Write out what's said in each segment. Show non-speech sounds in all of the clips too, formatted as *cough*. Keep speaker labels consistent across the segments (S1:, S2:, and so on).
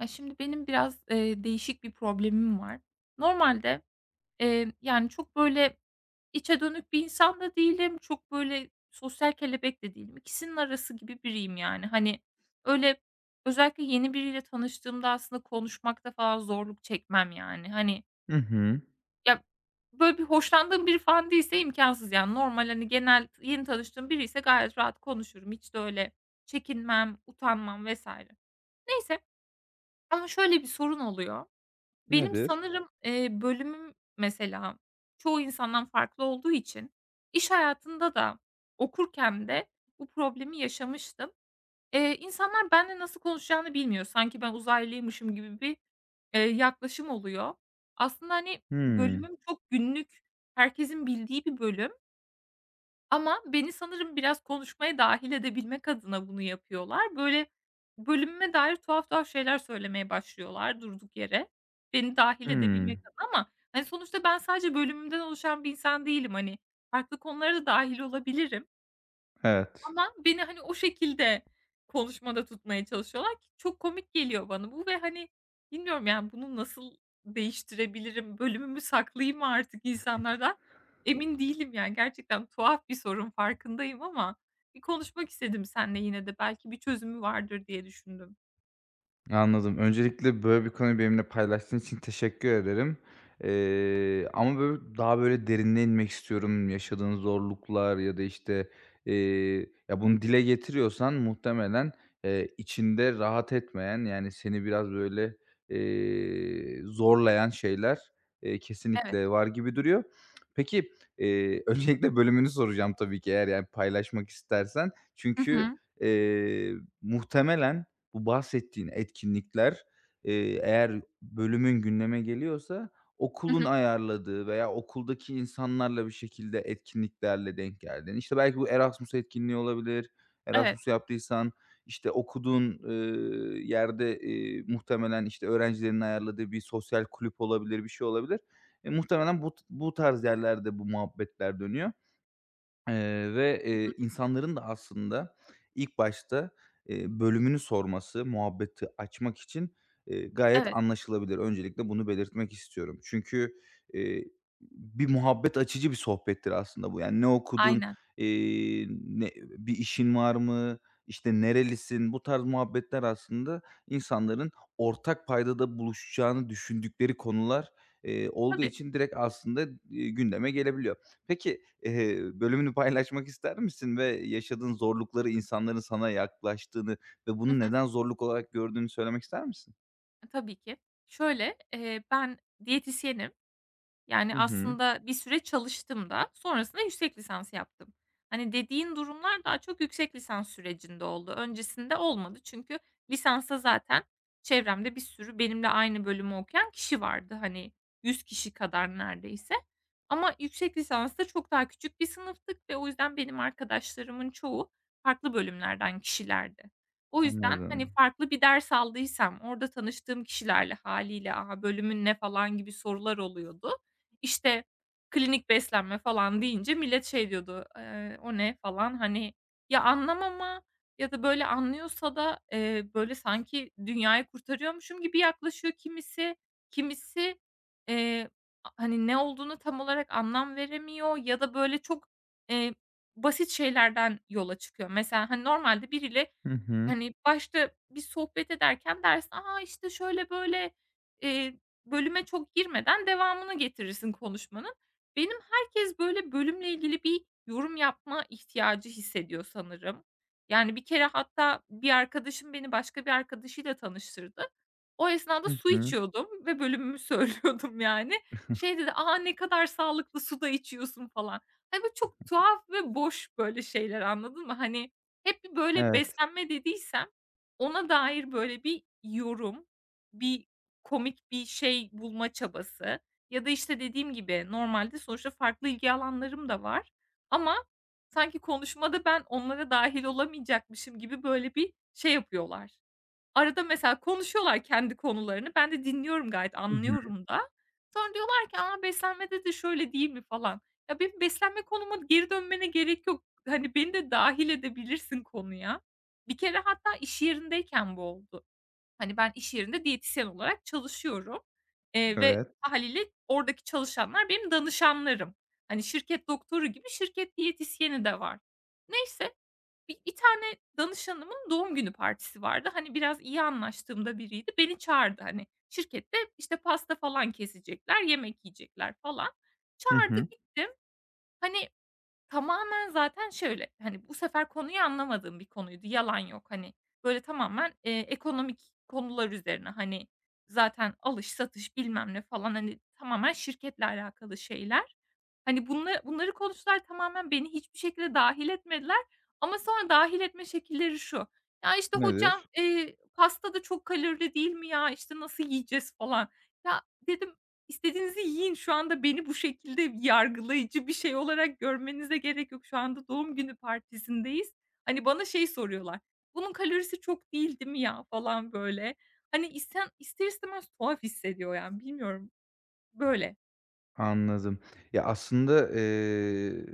S1: Ya, şimdi benim biraz, değişik bir problemim var. Normalde, yani, çok, böyle, içe dönük bir insan da değilim, çok, böyle, sosyal kelebek de değilim. İkisinin arası gibi biriyim, yani. Hani, öyle, özellikle yeni biriyle tanıştığımda aslında konuşmakta falan zorluk çekmem, yani. Hani,
S2: Hı hı.
S1: ya, böyle, bir hoşlandığım biri falan değilse imkansız, yani. Normal, hani, genel yeni tanıştığım biri ise gayet rahat konuşurum. Hiç de öyle çekinmem, utanmam vesaire. Neyse, ama şöyle bir sorun oluyor. Benim
S2: Nedir?
S1: sanırım, bölümüm mesela çoğu insandan farklı olduğu için iş hayatında da okurken de bu problemi yaşamıştım. İnsanlar benimle nasıl konuşacağını bilmiyor. Sanki ben uzaylıymışım gibi bir, yaklaşım oluyor. Aslında, hani,
S2: Hımm.
S1: bölümüm çok günlük, herkesin bildiği bir bölüm. Ama beni sanırım biraz konuşmaya dahil edebilmek adına bunu yapıyorlar. Böyle, bölümüme dair tuhaf tuhaf şeyler söylemeye başlıyorlar durduk yere, beni dahil edebilmek
S2: Hımm.
S1: adına, ama, hani, sonuçta ben sadece bölümümden oluşan bir insan değilim. Hani, farklı konulara da dâhil olabilirim.
S2: Evet.
S1: Ama beni, hani, o şekilde konuşmada tutmaya çalışıyorlar ki çok komik geliyor bana bu ve, hani, bilmiyorum, yani, bunu nasıl değiştirebilirim? Bölümümü saklayayım mı artık insanlardan? Emin değilim, yani, gerçekten tuhaf bir sorun farkındayım ama bir konuşmak istedim seninle, yine de belki bir çözümü vardır diye düşündüm.
S2: Anladım. Öncelikle böyle bir konuyu benimle paylaştığın için teşekkür ederim. Ama böyle daha böyle derinine inmek istiyorum. Yaşadığın zorluklar ya da işte, eee, ya bunu dile getiriyorsan muhtemelen, içinde rahat etmeyen, yani seni biraz böyle, zorlayan şeyler,
S1: Evet.
S2: kesinlikle var gibi duruyor. Peki, *laughs* öncelikle bölümünü soracağım tabii ki eğer yani paylaşmak istersen.
S1: Hı
S2: Çünkü,
S1: hı.
S2: eee, muhtemelen, bu bahsettiğin etkinlikler, eğer bölümün gündeme geliyorsa
S1: Hı
S2: okulun
S1: hı.
S2: ayarladığı veya okuldaki insanlarla bir şekilde etkinliklerle denk geldiğin, İşte belki bu Erasmus etkinliği olabilir,
S1: Evet.
S2: Erasmus yaptıysan, işte, okuduğun, yerde, muhtemelen, işte, öğrencilerin ayarladığı bir sosyal kulüp olabilir, bir şey olabilir. E, muhtemelen bu tarz yerlerde bu muhabbetler dönüyor. Eee, ve,
S1: Hı hı.
S2: eee, insanların da aslında ilk başta, bölümünü sorması, muhabbeti açmak için, gayet
S1: Evet.
S2: anlaşılabilir. Öncelikle bunu belirtmek istiyorum. Çünkü, eee, bir muhabbet açıcı bir sohbettir aslında bu. Yani, "Ne okudun?"
S1: Aynen.
S2: ne "Bir işin var mı?" işte, "Nerelisin?" Bu tarz muhabbetler aslında insanların ortak paydada buluşacağını düşündükleri konular, olduğu
S1: Tabii.
S2: için direkt aslında, gündeme gelebiliyor. Peki, bölümünü paylaşmak ister misin ve yaşadığın zorlukları, insanların sana yaklaştığını ve
S1: Hı
S2: bunu
S1: hı.
S2: neden zorluk olarak gördüğünü söylemek ister misin?
S1: E, tabii ki. Şöyle, ben diyetisyenim. Yani,
S2: Hı hı.
S1: aslında bir süre çalıştım da sonrasında yüksek lisans yaptım. Hani, dediğin durumlar daha çok yüksek lisans sürecinde oldu. Öncesinde olmadı çünkü lisansa zaten çevremde bir sürü benimle aynı bölümü okuyan kişi vardı. Hani, 100 kişi kadar neredeyse, ama yüksek lisansta çok daha küçük bir sınıftık ve o yüzden benim arkadaşlarımın çoğu farklı bölümlerden kişilerdi. O yüzden, hani,
S2: Anladım.
S1: farklı bir ders aldıysam orada tanıştığım kişilerle haliyle "A, bölümün ne?" falan gibi sorular oluyordu. İşte, klinik beslenme falan deyince millet şey diyordu, "O ne?" falan. Hani, ya anlamama ya da böyle anlıyorsa da, böyle sanki dünyayı kurtarıyormuşum gibi yaklaşıyor kimisi. Kimisi, eee, a, hani, ne olduğunu tam olarak anlam veremiyor ya da böyle çok, eee, basit şeylerden yola çıkıyor. Mesela, hani, normalde biriyle
S2: Hı hı.
S1: hani, başta bir sohbet ederken dersin, "A, işte, şöyle böyle" eee, bölüme çok girmeden devamını getirirsin konuşmanın. Benim herkes, böyle, bölümle ilgili bir yorum yapma ihtiyacı hissediyor sanırım. Yani, bir kere hatta bir arkadaşım beni başka bir arkadaşıyla tanıştırdı. O esnada
S2: Hı
S1: su
S2: hı.
S1: içiyordum ve bölümümü *laughs* söylüyordum, yani.
S2: *laughs*
S1: Şey dedi, "A, ne kadar sağlıklı su da içiyorsun." falan. Hani, böyle, çok tuhaf ve boş böyle şeyler, anladın mı? Hani, hep bir böyle
S2: Evet.
S1: beslenme dediysem ona dair böyle bir yorum, bir komik bir şey bulma çabası ya da, işte, dediğim gibi normalde sonuçta farklı ilgi alanlarım da var ama sanki konuşmada ben onlara dahil olamayacakmışım gibi böyle bir şey yapıyorlar. Arada mesela konuşuyorlar kendi konularını. Ben de dinliyorum gayet,
S2: Hı hı.
S1: anlıyorum da. Sonra diyorlar ki, "A, beslenmede de şöyle değil mi?" falan. Ya, benim beslenme konuma geri dönmene gerek yok. Hani, beni de dahil edebilirsin konuya. Bir kere hatta iş yerindeyken bu oldu. Hani, ben iş yerinde diyetisyen olarak çalışıyorum, ve
S2: Evet.
S1: hâliyle oradaki çalışanlar benim danışanlarım. Hani, şirket doktoru gibi şirket diyetisyeni de var. Neyse, bir tane danışanımın doğum günü partisi vardı. Hani, biraz iyi anlaştığımda biriydi. Beni çağırdı, hani, şirkette, işte, pasta falan kesecekler, yemek yiyecekler falan.
S2: Hı
S1: Çağırdı,
S2: hı.
S1: gittim. Hani, tamamen zaten şöyle, hani, bu sefer konuyu anlamadığım bir konuydu, yalan yok. Hani, böyle tamamen, ekonomik konular üzerine, hani, zaten alış satış bilmem ne falan, hani, tamamen şirketle alakalı şeyler. Hani, bunla bunları konuştular, tamamen beni hiçbir şekilde dahil etmediler ama sonra dahil etme şekilleri şu: "Ya, işte, hocam,
S2: Nedir?
S1: pasta da çok kalorili değil mi ya? İşte, nasıl yiyeceğiz?" falan. Ya, dedim, "İstediğinizi yiyin, şu anda beni bu şekilde yargılayıcı bir şey olarak görmenize gerek yok. Şu anda doğum günü partisindeyiz." Hani, bana şey soruyorlar, "Bunun kalorisi çok değil, değil mi ya?" falan böyle. Hani, ister istemez tuhaf hissediyor, yani, bilmiyorum, böyle.
S2: Anladım. Ya, aslında,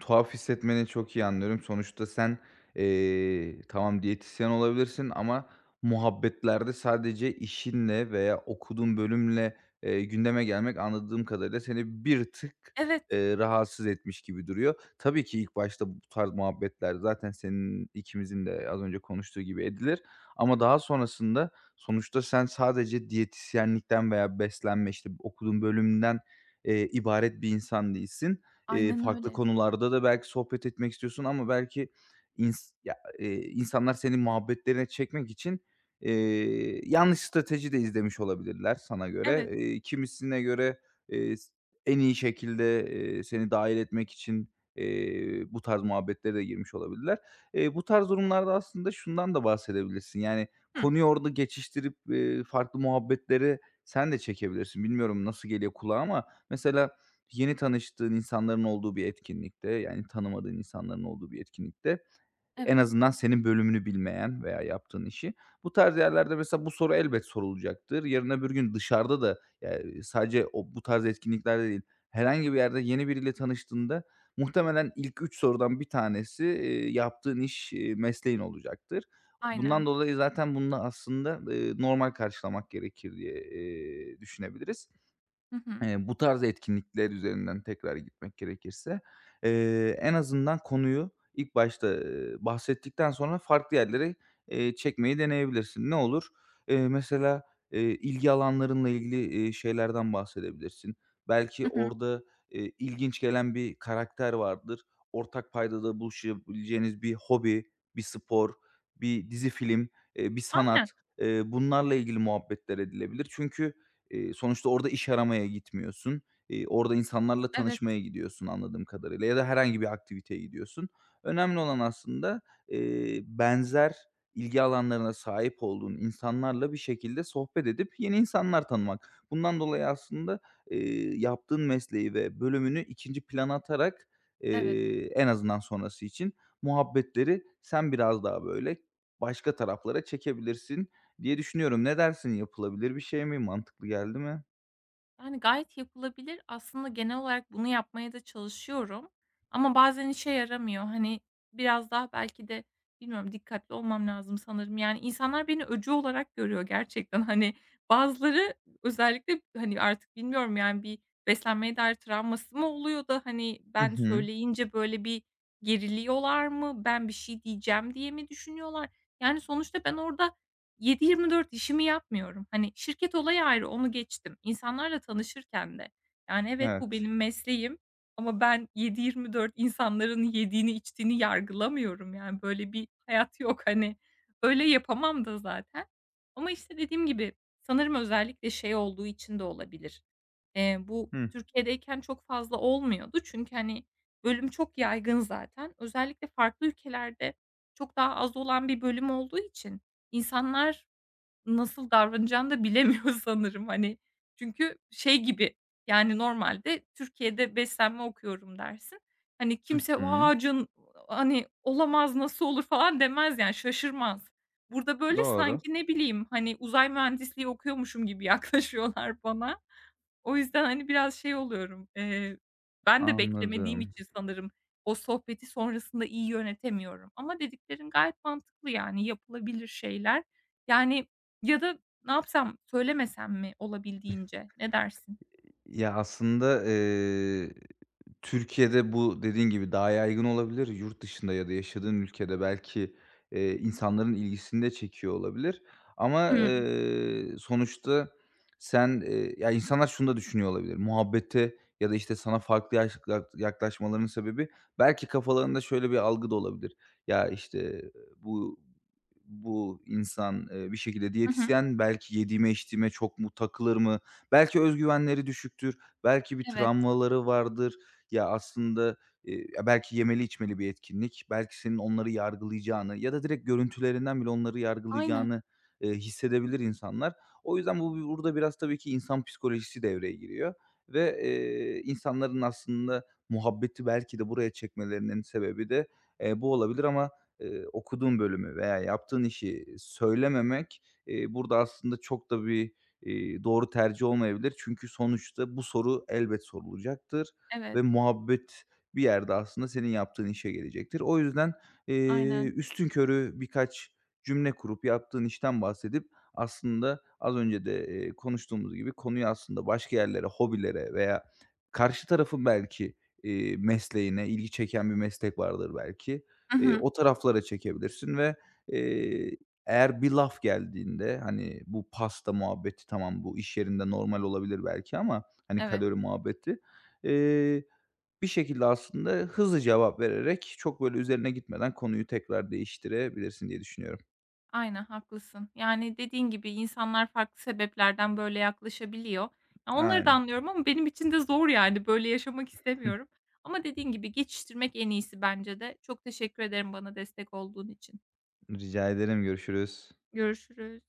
S2: tuhaf hissetmeni çok iyi anlıyorum. Sonuçta sen, tamam diyetisyen olabilirsin ama muhabbetlerde sadece işinle veya okuduğun bölümle, gündeme gelmek anladığım kadarıyla seni bir tık,
S1: Evet,
S2: rahatsız etmiş gibi duruyor. Tabii ki ilk başta bu tarz muhabbetler zaten senin ikimizin de az önce konuştuğu gibi edilir ama daha sonrasında sonuçta sen sadece diyetisyenlikten veya beslenme, işte, okuduğun bölümden ibaret bir insan değilsin.
S1: aynen
S2: Farklı
S1: öyle.
S2: konularda da belki sohbet etmek istiyorsun ama belki insanlar seni muhabbetlerine çekmek için, yanlış strateji de izlemiş olabilirler sana göre.
S1: Evet.
S2: Kimisine göre, s en iyi şekilde, seni dâhil etmek için, bu tarz muhabbetlere de girmiş olabilirler. Bu tarz durumlarda aslında şundan da bahsedebilirsin, yani,
S1: Hıı,
S2: konuyu orada geçiştirip, farklı muhabbetlere sen de çekebilirsin. Bilmiyorum nasıl geliyor kulağa ama mesela yeni tanıştığın insanların olduğu bir etkinlikte, yani tanımadığın insanların olduğu bir etkinlikte en
S1: evet,
S2: azından senin bölümünü bilmeyen veya yaptığın işi, bu tarz yerlerde mesela bu soru elbet sorulacaktır. Yarın öbür gün dışarıda da, yani sadece o bu tarz etkinliklerde değil, herhangi bir yerde yeni biriyle tanıştığında muhtemelen ilk 3 sorudan bir tanesi, yaptığın iş, mesleğin olacaktır.
S1: aynen.
S2: Bundan dolayı zaten bunu da aslında, normal karşılamak gerekir diye, düşünebiliriz.
S1: Hı hı.
S2: Bu tarz etkinlikler üzerinden tekrar gitmek gerekirse, en azından konuyu ilk başta, bahsettikten sonra farklı yerlere, çekmeyi deneyebilirsin. Ne olur? Mesela, ilgi alanlarınla ilgili, şeylerden bahsedebilirsin. Belki
S1: Hı hı.
S2: orada, ilginç gelen bir karakter vardır. Ortak paydada buluşabileceğiniz bir hobi, bir spor, bir dizi film, bir
S1: Aynen.
S2: sanat, bunlarla ilgili muhabbetler edilebilir. Çünkü eee, sonuçta orada iş aramaya gitmiyorsun. Orada insanlarla
S1: Evet,
S2: tanışmaya gidiyorsun anladığım kadarıyla ya da herhangi bir aktiviteye gidiyorsun. Önemli olan aslında, benzer ilgi alanlarına sahip olduğun insanlarla bir şekilde sohbet edip yeni insanlar tanımak. Bundan dolayı aslında, yaptığın mesleği ve bölümünü ikinci plana atarak,
S1: evet.
S2: en azından sonrası için muhabbetleri sen biraz daha böyle başka taraflara çekebilirsin diye düşünüyorum. Ne dersin? Yapılabilir bir şey mi? Mantıklı geldi mi?
S1: Yani, gayet yapılabilir. Aslında genel olarak bunu yapmaya da çalışıyorum ama bazen işe yaramıyor. Hani, biraz daha belki de bilmiyorum, dikkatli olmam lazım sanırım. Yani, insanlar beni öcü olarak görüyor gerçekten. *laughs* Hani, bazıları özellikle, hani, artık bilmiyorum, yani, bir beslenmeye dair travması mı oluyor da, hani,
S2: Hı
S1: ben
S2: hı.
S1: söyleyince böyle bir geriliyorlar mı? Ben bir şey diyeceğim diye mi düşünüyorlar? Yani, sonuçta ben orada 7/24 işimi yapmıyorum. Hani, şirket olayı ayrı, onu geçtim. İnsanlarla tanışırken de, yani, evet, bu
S2: Evet.
S1: benim mesleğim ama ben 7/24 insanların yediğini, içtiğini yargılamıyorum. Yani, böyle bir hayat yok. Hani, öyle yapamam da zaten. Ama, işte, dediğim gibi sanırım özellikle şey olduğu için de olabilir. Bu
S2: Hı.
S1: Türkiye'deyken çok fazla olmuyordu çünkü, hani, bölüm çok yaygın zaten. Özellikle farklı ülkelerde çok daha az olan bir bölüm olduğu için insanlar nasıl davranacağını da bilemiyor *laughs* sanırım, hani. Çünkü şey gibi, yani, normalde Türkiye'de beslenme okuyorum dersin. Hani,
S2: Hı
S1: kimse,
S2: hı.
S1: "A, can, hani, olamaz, nasıl olur?" falan demez, yani, şaşırmaz. Burada, böyle,
S2: Doğru.
S1: sanki ne bileyim, hani, uzay mühendisliği okuyormuşum gibi *laughs* yaklaşıyorlar bana. O yüzden, hani, biraz şey oluyorum, ben de beklemediğim
S2: Anladım.
S1: için sanırım o sohbeti sonrasında iyi yönetemiyorum ama dediklerin gayet mantıklı, yani, yapılabilir şeyler. Yani, ya da ne yapsam, söylemesem mi olabildiğince? Ne dersin?
S2: Ya, aslında, Türkiye'de bu dediğin gibi daha yaygın olabilir. Yurt dışında ya da yaşadığın ülkede belki, insanların ilgisini de çekiyor olabilir ama,
S1: Hıı.
S2: sonuçta sen, ya, insanlar şunu da düşünüyor olabilir. Muhabbete ya da, işte, sana farklı yaş yak yaklaşmalarının sebebi belki kafalarında şöyle bir algı da olabilir. Ya, işte, e, bu bu insan, bir şekilde
S1: Hı hı.
S2: diyetisyen belki yediğime içtiğime çok mu takılır mı? Belki özgüvenleri düşüktür, belki bir
S1: Evet.
S2: travmaları vardır. Ya, aslında, ya, belki yemeli içmeli bir etkinlik, belki senin onları yargılayacağını ya da direkt görüntülerinden bile onları
S1: Aynen.
S2: yargılayacağını, hissedebilir insanlar. O yüzden bu burada biraz tabii ki insan psikolojisi devreye giriyor ve insanların aslında muhabbeti belki de buraya çekmelerinin sebebi de, bu olabilir ama, okuduğun bölümü veya yaptığın işi söylememek, burada aslında çok da bir, doğru tercih olmayabilir. Çünkü sonuçta bu soru elbet sorulacaktır
S1: Evet.
S2: ve muhabbet bir yerde aslında senin yaptığın işe gelecektir. O yüzden,
S1: Aynen.
S2: üstünkörü birkaç cümle kurup yaptığın işten bahsedip aslında az önce de, konuştuğumuz gibi konuyu aslında başka yerlere, hobilere veya karşı tarafın belki, mesleğine, ilgi çeken bir meslek vardır belki.
S1: Hı hı.
S2: O taraflara çekebilirsin ve, eee, eğer bir laf geldiğinde, hani, bu pasta muhabbeti tamam, bu iş yerinde normal olabilir belki ama, hani,
S1: Evet.
S2: kalori muhabbeti, eee, bir şekilde aslında hızlı cevap vererek çok böyle üzerine gitmeden konuyu tekrar değiştirebilirsin diye düşünüyorum.
S1: Aynen, haklısın. Yani, dediğin gibi insanlar farklı sebeplerden böyle yaklaşabiliyor. Ya, onları da
S2: Aynen.
S1: anlıyorum ama benim için de zor yani, böyle yaşamak istemiyorum.
S2: *laughs*
S1: Ama dediğin gibi geçiştirmek en iyisi bence de. Çok teşekkür ederim bana destek olduğun için.
S2: Rica ederim, görüşürüz.
S1: Görüşürüz.